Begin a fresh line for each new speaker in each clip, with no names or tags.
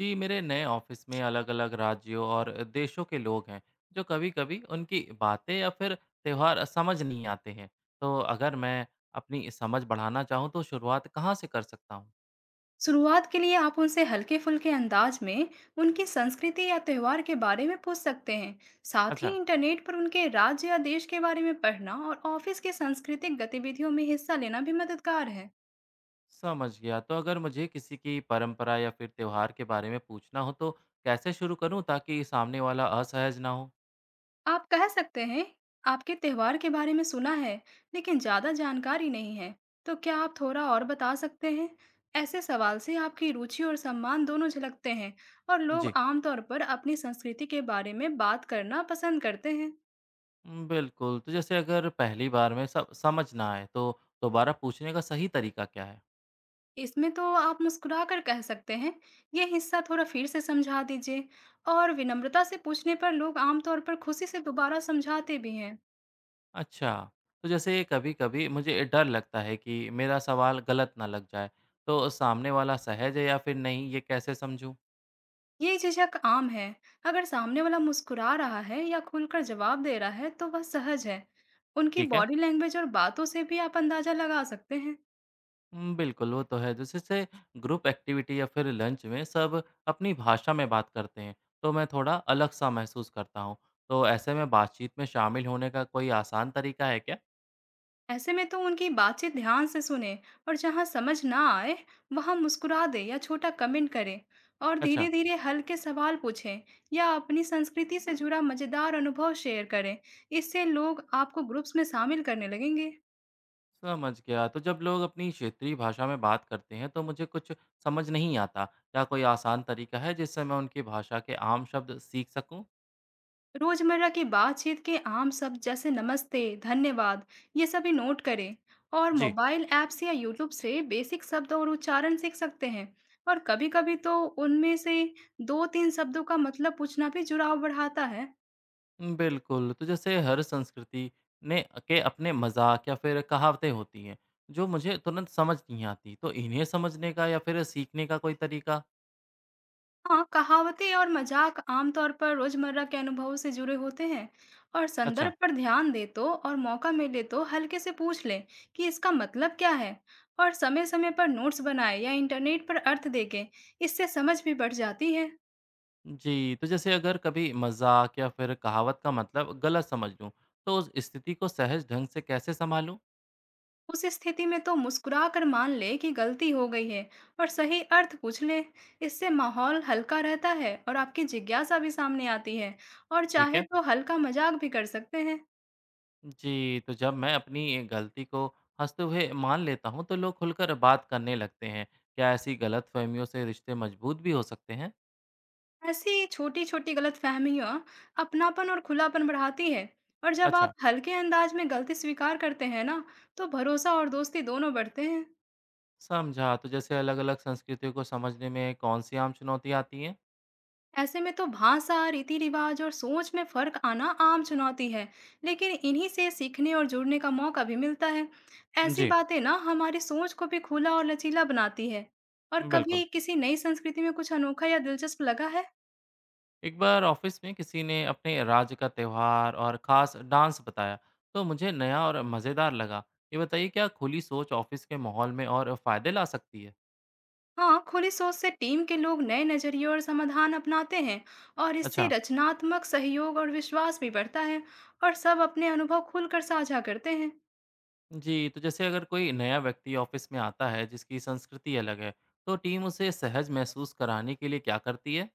जी, मेरे नए ऑफिस में अलग अलग राज्यों और देशों के लोग हैं। जो कभी कभी उनकी बातें या फिर त्यौहार समझ नहीं आते हैं। तो अगर मैं अपनी समझ बढ़ाना चाहूँ तो शुरुआत कहाँ से कर सकता हूँ।
शुरुआत के लिए आप उनसे हल्के फुल्के अंदाज में उनकी संस्कृति या त्यौहार के बारे में पूछ सकते हैं। साथ ही
अच्छा,
इंटरनेट पर उनके राज्य या देश के बारे में पढ़ना और ऑफिस की सांस्कृतिक गतिविधियों में हिस्सा लेना भी मददगार है।
समझ गया। तो अगर मुझे किसी की परंपरा या फिर त्यौहार के बारे में पूछना हो तो कैसे शुरू करूँ ताकि सामने वाला असहज ना हो।
आप कह सकते हैं, आपके त्यौहार के बारे में सुना है लेकिन ज़्यादा जानकारी नहीं है, तो क्या आप थोड़ा और बता सकते हैं। ऐसे सवाल से आपकी रुचि और सम्मान दोनों झलकते हैं और लोग
जी।
आमतौर पर अपनी संस्कृति के बारे में बात करना पसंद करते हैं।
बिल्कुल। तो जैसे अगर पहली बार में सब समझ ना आए तो दोबारा पूछने का सही तरीका क्या है।
इसमें तो आप मुस्कुराकर कह सकते हैं, "ये हिस्सा थोड़ा फिर से समझा दीजिए।" और विनम्रता से पूछने पर लोग आमतौर पर खुशी से दोबारा समझाते भी हैं।
अच्छा, तो जैसे कभी-कभी मुझे डर लगता है कि मेरा सवाल गलत ना लग जाए, तो सामने वाला सहज है या फिर नहीं, ये कैसे समझूँ?
ये झिझक आम है। अगर सामने वाला मुस्कुरा रहा है या खुलकर जवाब दे रहा है, तो वह सहज है। उनकी
ठीक है।
बॉडी लैंग्वेज और बातों से भी आप अंदाजा लगा सकते हैं।
बिल्कुल, वो तो है। जैसे जैसे ग्रुप एक्टिविटी या फिर लंच में सब अपनी भाषा में बात करते हैं, तो मैं थोड़ा अलग-सा महसूस करता हूँ। तो ऐसे में बातचीत में शामिल होने का कोई आसान तरीका है क्या?
ऐसे में तो उनकी बातचीत ध्यान से सुने और जहां समझ ना आए वहां मुस्कुरा दे या छोटा कमेंट करें और
अच्छा।
धीरे धीरे हल्के सवाल पूछें या अपनी संस्कृति से जुड़ा मजेदार अनुभव शेयर करें। इससे लोग आपको ग्रुप्स में शामिल करने लगेंगे।
समझ गया। तो जब लोग अपनी क्षेत्रीय भाषा में बात करते हैं तो मुझे कुछ समझ नहीं आता। क्या कोई आसान तरीका है जिससे मैं उनकी भाषा के आम शब्द सीख सकूं?
रोजमर्रा की बातचीत के आम शब्द जैसे नमस्ते, धन्यवाद, ये सभी नोट करें और
जी।
मोबाइल ऐप्स या यूट्यूब से बेसिक शब्द और उच्चारण सीख सकते हैं। और कभी-कभी तो उनमें से दो तीन शब्दों का मतलब पूछना भी जुड़ाव बढ़ाता है।
बिल्कुल। तो जैसे हर संस्कृति ने के अपने मज़ाक या फिर कहावतें होती हैं जो मुझे तुरंत समझ नहीं आती। तो इन्हें समझने का या फिर सीखने का कोई तरीका?
हाँ, कहावतें और मजाक आमतौर पर रोजमर्रा के अनुभवों से जुड़े होते हैं और
अच्छा।
संदर्भ पर ध्यान दे तो और मौका मिले तो हल्के से पूछ लें कि इसका मतलब क्या है। और समय समय पर नोट्स बनाए या इंटरनेट पर अर्थ देखें, इससे समझ भी बढ़ जाती है।
जी। तो जैसे अगर कभी मज़ाक या फिर कहावत का मतलब गलत समझ लूँ तो उस स्थिति को सहज ढंग से कैसे सँभालूँ?
उस स्थिति में तो मुस्कुरा कर मान ले कि गलती हो गई है और सही अर्थ पूछ ले। इससे माहौल हल्का रहता है और आपकी जिज्ञासा भी सामने आती है। और
ठीक
चाहे
है।
तो हल्का मजाक भी कर सकते हैं।
जी, तो जब मैं अपनी गलती को हँसते हुए मान लेता हूँ, तो लोग खुलकर बात करने लगते हैं। क्या ऐसी गलतफ़हमियों से रिश्ते मजबूत भी हो सकते हैं?
ऐसी छोटी-छोटी गलतफहमियां अपनापन और खुलापन बढ़ाती है और जब
अच्छा,
आप हल्के अंदाज में गलती स्वीकार करते हैं ना, तो भरोसा और दोस्ती दोनों बढ़ते हैं।
समझा। तो जैसे अलग-अलग संस्कृतियों को समझने में कौन सी आम चुनौतियाँ आती हैं?
ऐसे में तो भाषा, रीति-रिवाज और सोच में फर्क आना आम चुनौती है, लेकिन इन्हीं से सीखने और जुड़ने का मौका भी मिलता है। ऐसी
जी,
बातें ना हमारी सोच को भी खुला और लचीला बनाती है। और
बिल्कुल।
कभी किसी नई संस्कृति में कुछ अनोखा या दिलचस्प लगा है?
एक बार ऑफ़िस में किसी ने अपने राज्य का त्योहार और ख़ास डांस बताया, तो मुझे नया और मज़ेदार लगा। ये बताइए, क्या खुली सोच ऑफ़िस के माहौल में और फ़ायदे ला सकती है?
हाँ, खुली सोच से टीम के लोग नए नजरिए और समाधान अपनाते हैं और इससे
अच्छा।
रचनात्मक सहयोग और विश्वास भी बढ़ता है। और सब अपने अनुभव खुलकर साझा करते हैं।
जी, तो जैसे अगर कोई नया व्यक्ति ऑफिस में आता है जिसकी संस्कृति अलग है, तो टीम उसे सहज महसूस कराने के लिए क्या करती है?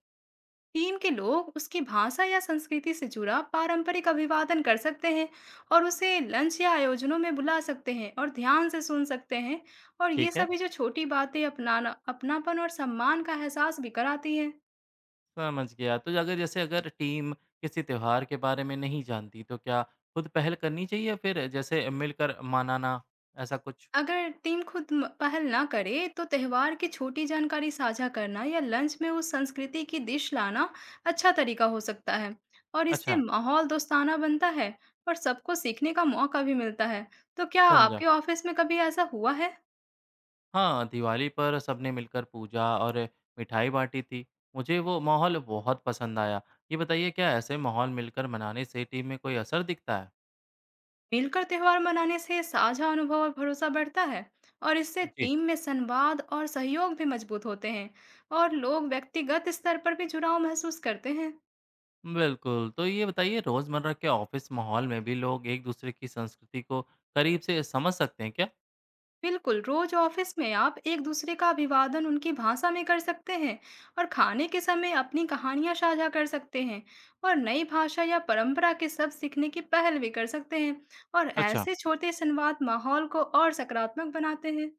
टीम के लोग उसकी भाषा या संस्कृति से जुड़ा पारंपरिक अभिवादन कर सकते हैं और उसे लंच या आयोजनों में बुला सकते हैं और ध्यान से सुन सकते हैं। और ये
ठीक है,
सभी जो छोटी बातें अपनाना अपनापन और सम्मान का एहसास भी कराती हैं।
समझ गया। तो अगर जैसे अगर टीम किसी त्योहार के बारे में नहीं जानती, तो क्या खुद पहल करनी चाहिए या फिर जैसे मिलकर मनाना, ऐसा कुछ?
अगर टीम खुद पहल ना करे तो त्यौहार की छोटी जानकारी साझा करना या लंच में उस संस्कृति की डिश लाना अच्छा तरीका हो सकता है और इससे
अच्छा,
माहौल दोस्ताना बनता है और सबको सीखने का मौका भी मिलता है। तो क्या
समझा।
आपके ऑफिस में कभी ऐसा हुआ है?
हाँ, दिवाली पर सबने मिलकर पूजा और मिठाई बाँटी थी। मुझे वो माहौल बहुत पसंद आया। ये बताइए क्या ऐसे माहौल मिलकर मनाने से टीम में कोई असर दिखता है?
मिलकर त्यौहार मनाने से साझा अनुभव और भरोसा बढ़ता है और इससे
जी।
टीम में संवाद और सहयोग भी मजबूत होते हैं। और लोग व्यक्तिगत स्तर पर भी जुड़ाव महसूस करते हैं।
बिल्कुल, तो ये बताइए रोज़मर्रा के ऑफ़िस माहौल में भी लोग एक-दूसरे की संस्कृति को करीब से समझ सकते हैं क्या?
बिल्कुल, रोज ऑफिस में आप एक दूसरे का अभिवादन उनकी भाषा में कर सकते हैं और खाने के समय अपनी कहानियां साझा कर सकते हैं और नई भाषा या परंपरा के शब्द सीखने की पहल भी कर सकते हैं। और
अच्छा।
ऐसे छोटे संवाद माहौल को और सकारात्मक बनाते हैं।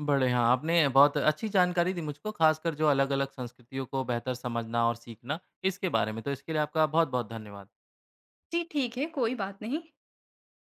बड़े हाँ, आपने बहुत अच्छी जानकारी दी मुझको, ख़ासकर जो अलग-अलग संस्कृतियों को बेहतर समझना और सीखना, इसके बारे में। तो इसके लिए आपका बहुत-बहुत धन्यवाद।
जी ठीक है, कोई बात नहीं।